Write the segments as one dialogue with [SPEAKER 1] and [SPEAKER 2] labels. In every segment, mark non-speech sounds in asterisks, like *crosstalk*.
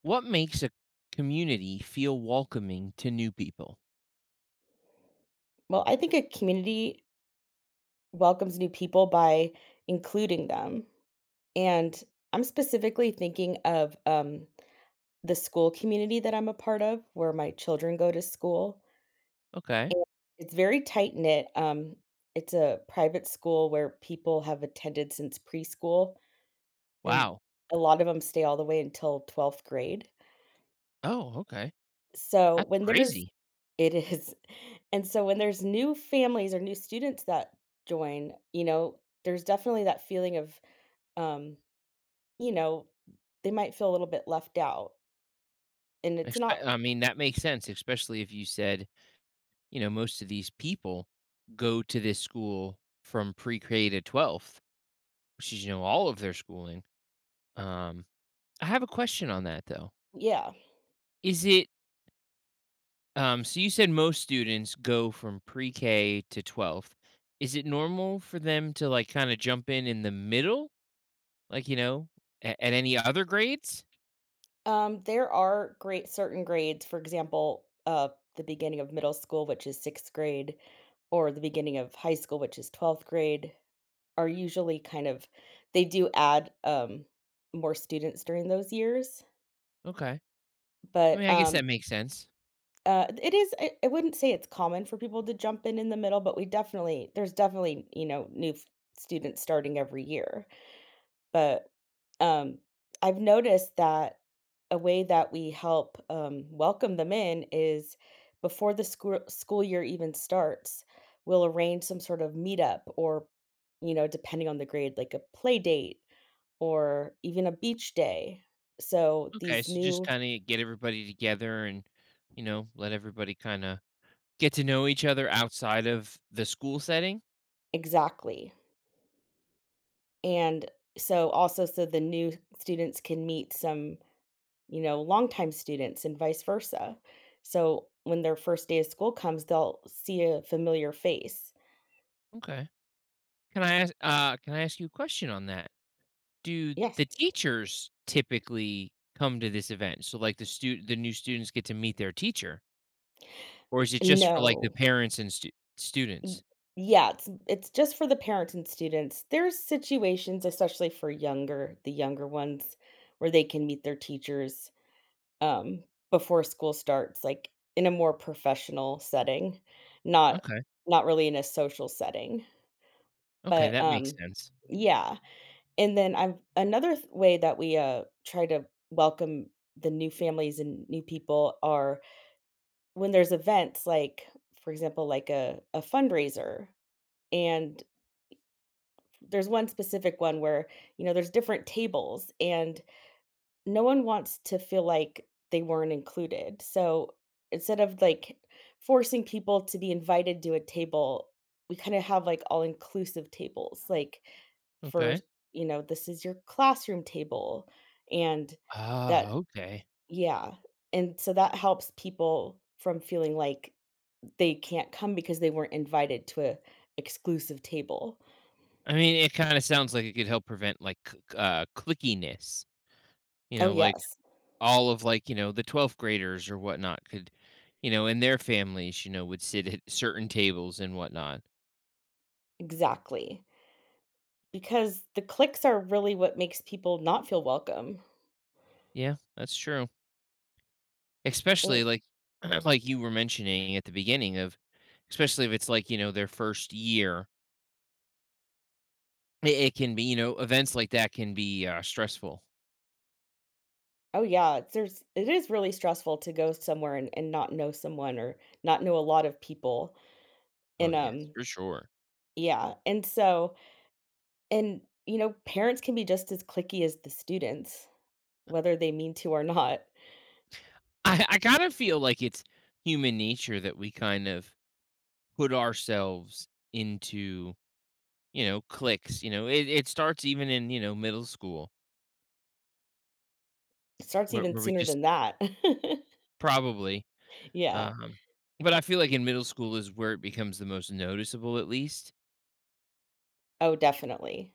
[SPEAKER 1] What makes a community feel welcoming to new people?
[SPEAKER 2] Well, I think a community welcomes new people by including them. And I'm specifically thinking of the school community that I'm a part of, where my children go to school.
[SPEAKER 1] Okay.
[SPEAKER 2] And it's very tight knit. It's a private school where people have attended since preschool, and
[SPEAKER 1] Wow.
[SPEAKER 2] a lot of them stay all the way until 12th grade.
[SPEAKER 1] Oh, okay.
[SPEAKER 2] So
[SPEAKER 1] That's
[SPEAKER 2] when there's
[SPEAKER 1] crazy.
[SPEAKER 2] it is. *laughs* And so when there's new families or new students that join, there's definitely that feeling of, um, you know, they might feel a little bit left out. And it's not,
[SPEAKER 1] I mean, that makes sense, especially if you said, you know, most of these people go to this school from pre K to 12th, which is, you know, all of their schooling. Um, I have a question on that though.
[SPEAKER 2] yeah.
[SPEAKER 1] Is it, so you said most students go from pre K to 12th. Is it normal for them to like kind of jump in the middle? Like, you know, a at any other grades?
[SPEAKER 2] There are great certain grades, for example, the beginning of middle school, which is sixth grade, or the beginning of high school, which is 12th grade, are usually kind of, they do add more students during those years.
[SPEAKER 1] Okay. I mean,
[SPEAKER 2] But
[SPEAKER 1] I guess that makes sense.
[SPEAKER 2] It is I wouldn't say it's common for people to jump in the middle, but we definitely there's definitely, you know, new f students starting every year, but, um, I've noticed that a way that we help, welcome them in is before the school year even starts, we'll arrange some sort of meetup or, you know, depending on the grade, like a play date or even a beach day. So
[SPEAKER 1] Okay,
[SPEAKER 2] these
[SPEAKER 1] so just
[SPEAKER 2] new
[SPEAKER 1] kinda get everybody together and, you know, let everybody kinda get to know each other outside of the school setting?
[SPEAKER 2] exactly. And so also so the new students can meet some, you know, longtime students and vice versa. So when their first day of school comes, they'll see a familiar face.
[SPEAKER 1] Okay. Can I ask you a question on that? Do
[SPEAKER 2] Yes.
[SPEAKER 1] the teachers typically come to this event? So, like, the new students get to meet their teacher? Or is it just for, like, the
[SPEAKER 2] No.
[SPEAKER 1] parents and stu
[SPEAKER 2] Y-
[SPEAKER 1] students?
[SPEAKER 2] Yeah, it's just for the parents and students. There's situations, especially for younger, the younger ones, where they can meet their teachers um before school starts, like in a more professional setting, not
[SPEAKER 1] Okay.
[SPEAKER 2] not really in a social setting.
[SPEAKER 1] Okay,
[SPEAKER 2] But,
[SPEAKER 1] that makes
[SPEAKER 2] um
[SPEAKER 1] sense.
[SPEAKER 2] yeah, and then I've another th way that we, try to welcome the new families and new people are when there's events, like, for example, like a fundraiser, and there's one specific one where, you know, there's different tables, and no one wants to feel like they weren't included. So instead of like forcing people to be invited to a table, we kind of have like all inclusive tables, like for,
[SPEAKER 1] Okay.
[SPEAKER 2] you know, this is your classroom table. And that,
[SPEAKER 1] Ah, okay.
[SPEAKER 2] yeah. And so that helps people from feeling like they can't come because they weren't invited to a exclusive table.
[SPEAKER 1] I mean, it kinda sounds like it could help prevent, like, c c clickiness. You
[SPEAKER 2] Oh,
[SPEAKER 1] know, like,
[SPEAKER 2] yes,
[SPEAKER 1] all of, like, you know, the 12th graders or whatnot could, you know, and their families, you know, would sit at certain tables and whatnot.
[SPEAKER 2] exactly. Because the clicks are really what makes people not feel welcome.
[SPEAKER 1] Yeah, that's true. Especially, like *clears throat* like you were mentioning at the beginning of, especially if it's, like, you know, their 1st year, it can be, you know, events like that can be, stressful.
[SPEAKER 2] Oh, yeah, it's there's it is really stressful to go somewhere and not know someone or not know a lot of people,
[SPEAKER 1] Oh,
[SPEAKER 2] and,
[SPEAKER 1] yes,
[SPEAKER 2] um
[SPEAKER 1] for sure.
[SPEAKER 2] yeah, and so and, you know, parents can be just as clicky as the students, whether they mean to or not.
[SPEAKER 1] I kinda feel like it's human nature that we kind of put ourselves into, you know, clicks. You know, it starts even in, you know, middle school
[SPEAKER 2] It starts
[SPEAKER 1] where,
[SPEAKER 2] even
[SPEAKER 1] where we
[SPEAKER 2] sooner
[SPEAKER 1] just
[SPEAKER 2] than that. *laughs*
[SPEAKER 1] probably
[SPEAKER 2] Yeah.
[SPEAKER 1] um but I feel like in middle school is where it becomes the most noticeable, at least.
[SPEAKER 2] Oh, definitely,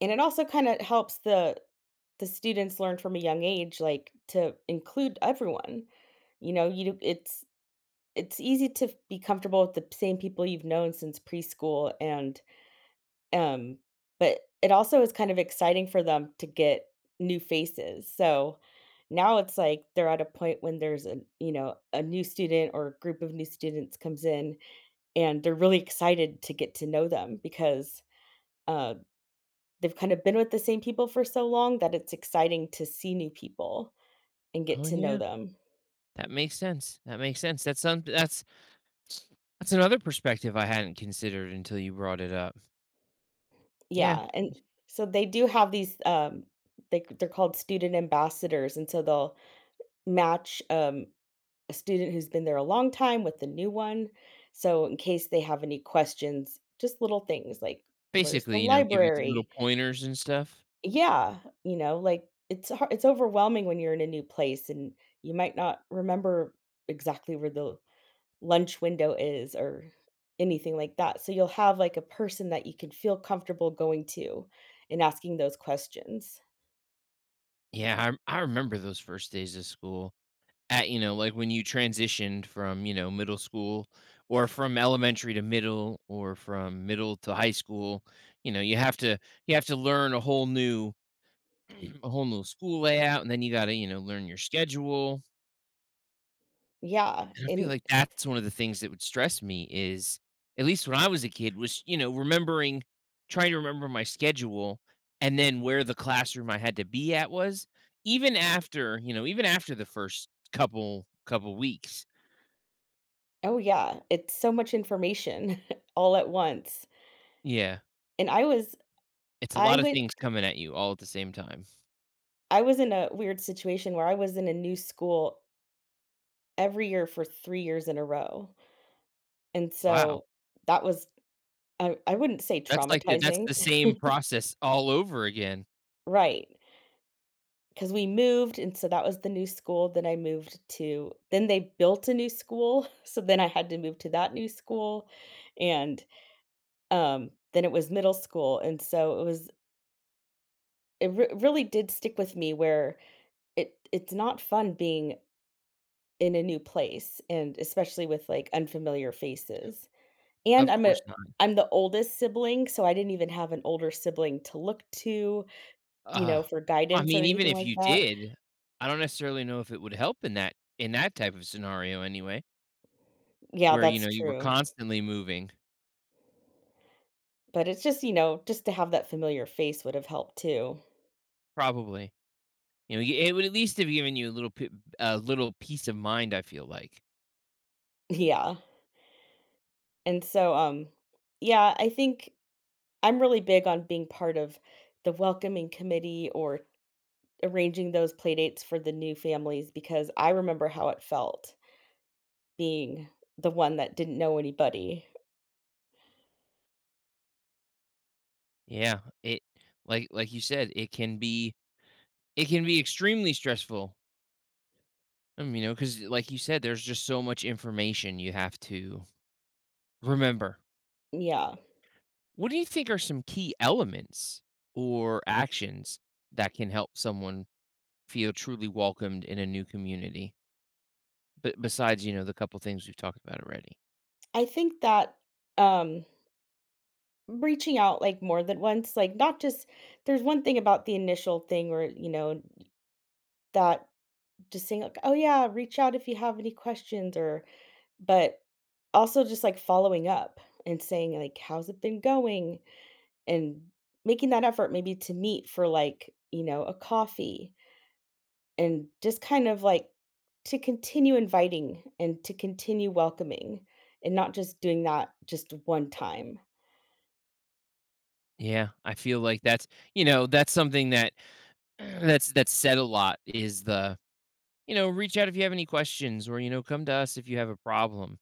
[SPEAKER 2] and it also kinda helps the students learn from a young age, like, to include everyone, you know, you it's easy to f be comfortable with the same people you've known since preschool um, but it also is kind of exciting for them to get new faces, so, now it's like they're at a point when there's a you know, a new student or a group of new students comes in, and they're really excited to get to know them because, uh, they've kind of been with the same people for so long that it's exciting to see new people and get
[SPEAKER 1] Oh
[SPEAKER 2] to know
[SPEAKER 1] yeah,
[SPEAKER 2] them.
[SPEAKER 1] that makes sense. That makes sense. That's that's another perspective I hadn't considered until you brought it up. Yeah,
[SPEAKER 2] Yeah, and so they do have these, they they're called student ambassadors, and so they'll match, a student who's been there a long time with the new one. So in case they have any questions, just little things like, "Where's the
[SPEAKER 1] basically, you know, give you little
[SPEAKER 2] library?"
[SPEAKER 1] pointers and stuff.
[SPEAKER 2] Yeah, you know, like, it's har it's overwhelming when you're in a new place and you might not remember exactly where the lunch window is or anything like that. So you'll have, like, a person that you can feel comfortable going to and asking those questions.
[SPEAKER 1] I remember those first days of school at, you know, like when you transitioned from, you know, middle school or from elementary to middle or from middle to high school. You know, you have to learn a whole new *clears throat* a whole new school layout, and then you got to, you know, learn your schedule,
[SPEAKER 2] Yeah,
[SPEAKER 1] and I feel
[SPEAKER 2] and
[SPEAKER 1] like that's one of the things that would stress me is, at least when I was a kid, was, you know, remembering, trying to remember my schedule and then where the classroom I had to be at was, even after, you know, even after the first couple weeks.
[SPEAKER 2] oh, yeah, it's so much information *laughs* all at once.
[SPEAKER 1] Yeah.
[SPEAKER 2] And I was
[SPEAKER 1] It's a
[SPEAKER 2] I
[SPEAKER 1] lot of
[SPEAKER 2] went
[SPEAKER 1] things coming at you all at the same time.
[SPEAKER 2] I was in a weird situation where I was in a new school every year for 3 years in a row. And
[SPEAKER 1] Wow.
[SPEAKER 2] so that was I wouldn't say
[SPEAKER 1] That's
[SPEAKER 2] traumatizing.
[SPEAKER 1] the
[SPEAKER 2] *laughs*
[SPEAKER 1] same process all over again.
[SPEAKER 2] Right. 'Cause we moved, and so that was the new school, then I moved to then they built a new school, *laughs* so then I had to move to that new school, and, then it was middle school, and so it was it re really did stick with me where it it's not fun being in a new place, and especially with, like, unfamiliar faces, and
[SPEAKER 1] Of
[SPEAKER 2] I'm a
[SPEAKER 1] course not.
[SPEAKER 2] I'm the oldest sibling, so I didn't even have an older sibling to look to, you know,
[SPEAKER 1] Ugh.
[SPEAKER 2] for
[SPEAKER 1] I
[SPEAKER 2] guidance
[SPEAKER 1] mean,
[SPEAKER 2] or
[SPEAKER 1] even
[SPEAKER 2] anything
[SPEAKER 1] if
[SPEAKER 2] like
[SPEAKER 1] you
[SPEAKER 2] that.
[SPEAKER 1] did, I don't necessarily know if it would help in that, in that type of scenario anyway,
[SPEAKER 2] Yeah,
[SPEAKER 1] where, you
[SPEAKER 2] that's
[SPEAKER 1] know, you were
[SPEAKER 2] true.
[SPEAKER 1] constantly moving.
[SPEAKER 2] But it's just, you know, just to have that familiar face would have helped too. *laughs*
[SPEAKER 1] Probably. You know, y it would at least have given you a little peace of mind, I feel like.
[SPEAKER 2] Yeah. And so, um, yeah, I think I'm really big on being part of the welcoming committee or arranging those playdates for the new families because I remember how it felt being the one that didn't know anybody.
[SPEAKER 1] Yeah, it, like you said, it can be, it can be extremely stressful. You know, because like you said, there's just so much information you have to remember.
[SPEAKER 2] Yeah.
[SPEAKER 1] What do you think are some key elements or actions that can help someone feel truly welcomed in a new community? But besides, you know, the couple things we've talked about already.
[SPEAKER 2] I think that um reaching out like more than once, like not just there's one thing about the initial thing where, you know, that just saying like, "Oh yeah, reach out if you have any questions," or but also just, like, following up and saying, like, "How's it been going?" And making that effort maybe to meet for, like, you know, a coffee and just kind of, like, to continue inviting and to continue welcoming and not just doing that just one time.
[SPEAKER 1] Yeah, I feel like that's, you know, that's something that *clears throat* that's said a lot is the, you know, reach out if you have any questions or, you know, come to us if you have a problem.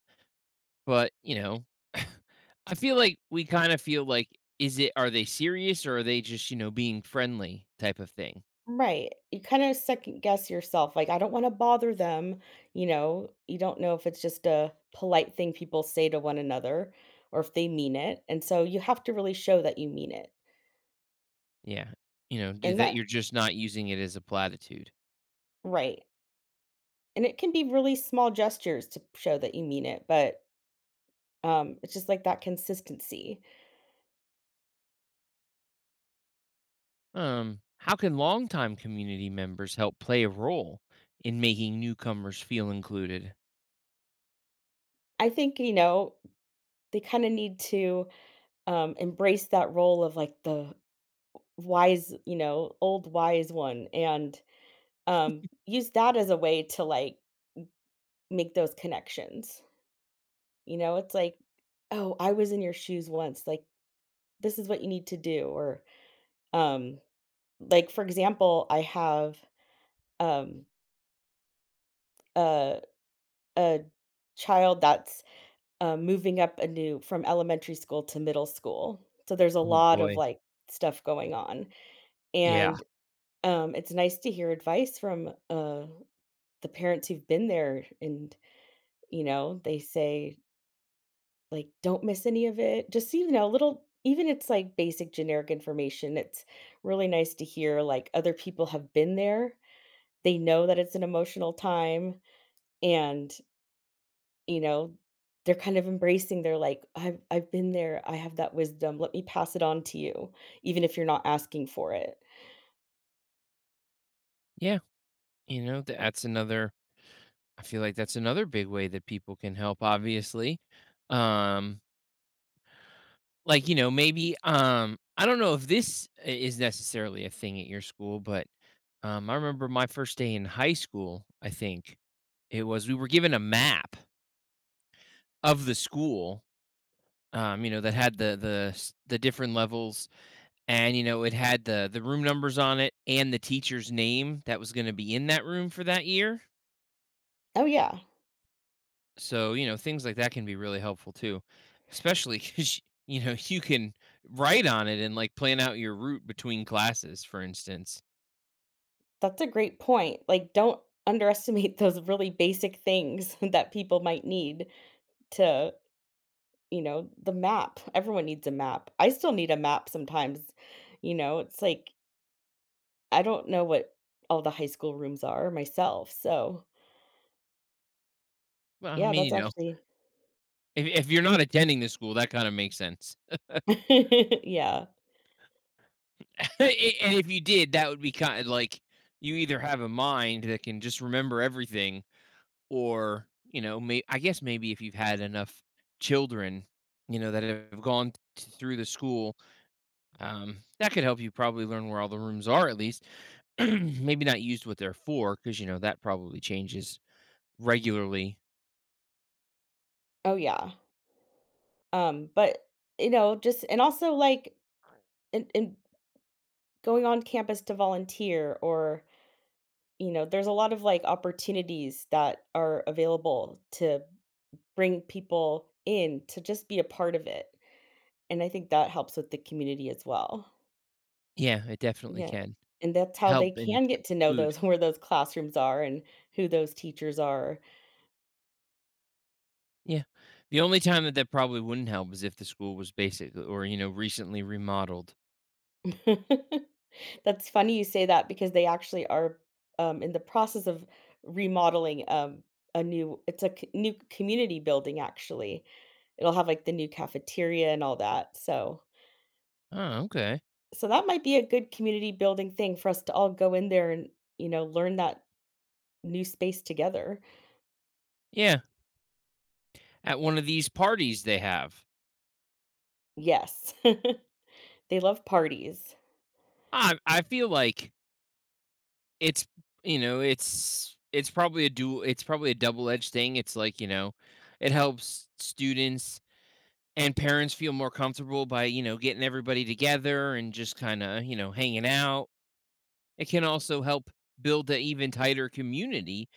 [SPEAKER 1] But, you know, *laughs* I feel like we kind of feel like, are they serious or are they just, you know, being friendly type of thing?
[SPEAKER 2] Right. You kinda second guess yourself, like, "I don't wanna bother them," you know? You don't know if it's just a polite thing people say to one another or if they mean it, and so you have to really show that you mean it.
[SPEAKER 1] Yeah. You know, d-
[SPEAKER 2] And
[SPEAKER 1] that
[SPEAKER 2] that
[SPEAKER 1] you're just not using it as a platitude.
[SPEAKER 2] Right. And it can be really small gestures to show that you mean it, but, it's just like that consistency.
[SPEAKER 1] How can longtime community members help play a role in making newcomers feel included?
[SPEAKER 2] I think, you know, they kind of need to embrace that role of like the wise, you know, old wise one and use that as a way to like make those connections. You know, it's like, oh, I was in your shoes once. Like, this is what you need to do. Um, like, for example, I have um, a, a child that's moving up a new from elementary school to middle school. So there's a
[SPEAKER 1] Oh
[SPEAKER 2] lot of
[SPEAKER 1] boy.
[SPEAKER 2] like stuff going on
[SPEAKER 1] Yeah.
[SPEAKER 2] And, it's nice to hear advice from, the parents who've been there and, you know, they say, like, "Don't miss any of it." Just, you know, little even it's, like, basic generic information, it's really nice to hear, like, other people have been there. They know that it's an emotional time and, you know, they're kind of embracing they're like, " I've been there. I have that wisdom. Let me pass it on to you, even if you're not asking for it."
[SPEAKER 1] Yeah. You know, th- that's another, I feel like that's another big way that people can help, obviously. Um, Like, you know, maybe, I don't know if this I is necessarily a thing at your school, but, I remember my first day in high school, I think it was, we were given a map of the school, you know, that had the different levels, and, you know, it had the room numbers on it and the teacher's name that was gonna be in that room for that year.
[SPEAKER 2] Oh, yeah.
[SPEAKER 1] So, you know, things like that can be really helpful too, especially *laughs* because, you know, you can write on it and, like, plan out your route between classes, for instance.
[SPEAKER 2] That's a great point. Like, don't underestimate *laughs* those really basic things *laughs* that people might need to, you know, the map. Everyone needs a map. I still need a map sometimes. You know, it's like I don't know what all the high school rooms are myself. So,
[SPEAKER 1] Well, I
[SPEAKER 2] yeah, that's
[SPEAKER 1] mean, you know,
[SPEAKER 2] actually
[SPEAKER 1] if you're not attending the school, that kinda makes sense.
[SPEAKER 2] *laughs* yeah.
[SPEAKER 1] *laughs* I And if you did, that would be kind of like, you either have a mind that can just remember everything or, you know, may I guess maybe if you've had enough children, you know, that have gone th through the school, that could help you probably learn where all the rooms are, at least. *clears throat* Maybe not used what they're for because, you know, that probably changes regularly.
[SPEAKER 2] Oh, yeah. But you know, just and also like and going on campus to volunteer or, you know, there's a lot of, like, opportunities that are available to bring people in to just be a part of it, and I think that helps with the community as well.
[SPEAKER 1] Yeah, it definitely
[SPEAKER 2] Yeah,
[SPEAKER 1] can
[SPEAKER 2] and that's how they
[SPEAKER 1] help
[SPEAKER 2] can get to know
[SPEAKER 1] include.
[SPEAKER 2] those *laughs* where those classrooms are and who those teachers are.
[SPEAKER 1] Yeah. The only time that that probably wouldn't help is if the school was basically or, you know, recently remodeled.
[SPEAKER 2] *laughs* That's funny you say that because they actually are, in the process of remodeling, a new it's a c new community building, actually. It'll have, like, the new cafeteria and all that, so
[SPEAKER 1] Oh, okay.
[SPEAKER 2] so that might be a good community building thing for us to all go in there and, you know, learn that new space together.
[SPEAKER 1] Yeah. At one of these parties they have.
[SPEAKER 2] Yes. *laughs* They love parties.
[SPEAKER 1] I feel like it's, you know, it's probably a dual, it's probably a double-edged thing. It's like, you know, it helps students and parents feel more comfortable by, you know, getting everybody together and just kind of, you know, hanging out. It can also help build an even tighter community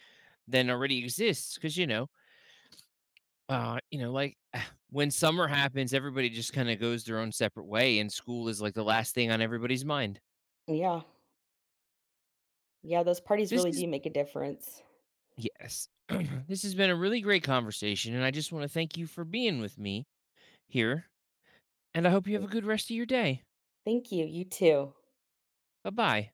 [SPEAKER 1] than already exists because, you know, uh, you know, like, *sighs* when summer happens, everybody just kinda goes their own separate way, and school is, like, the last thing on everybody's mind.
[SPEAKER 2] Yeah. Yeah, those parties
[SPEAKER 1] This
[SPEAKER 2] really
[SPEAKER 1] is
[SPEAKER 2] do make a difference.
[SPEAKER 1] yes. *clears throat* This has been a really great conversation, and I just wanna thank you for being with me here, and I hope you have a good rest of your day.
[SPEAKER 2] Thank you, you too.
[SPEAKER 1] Bye-bye.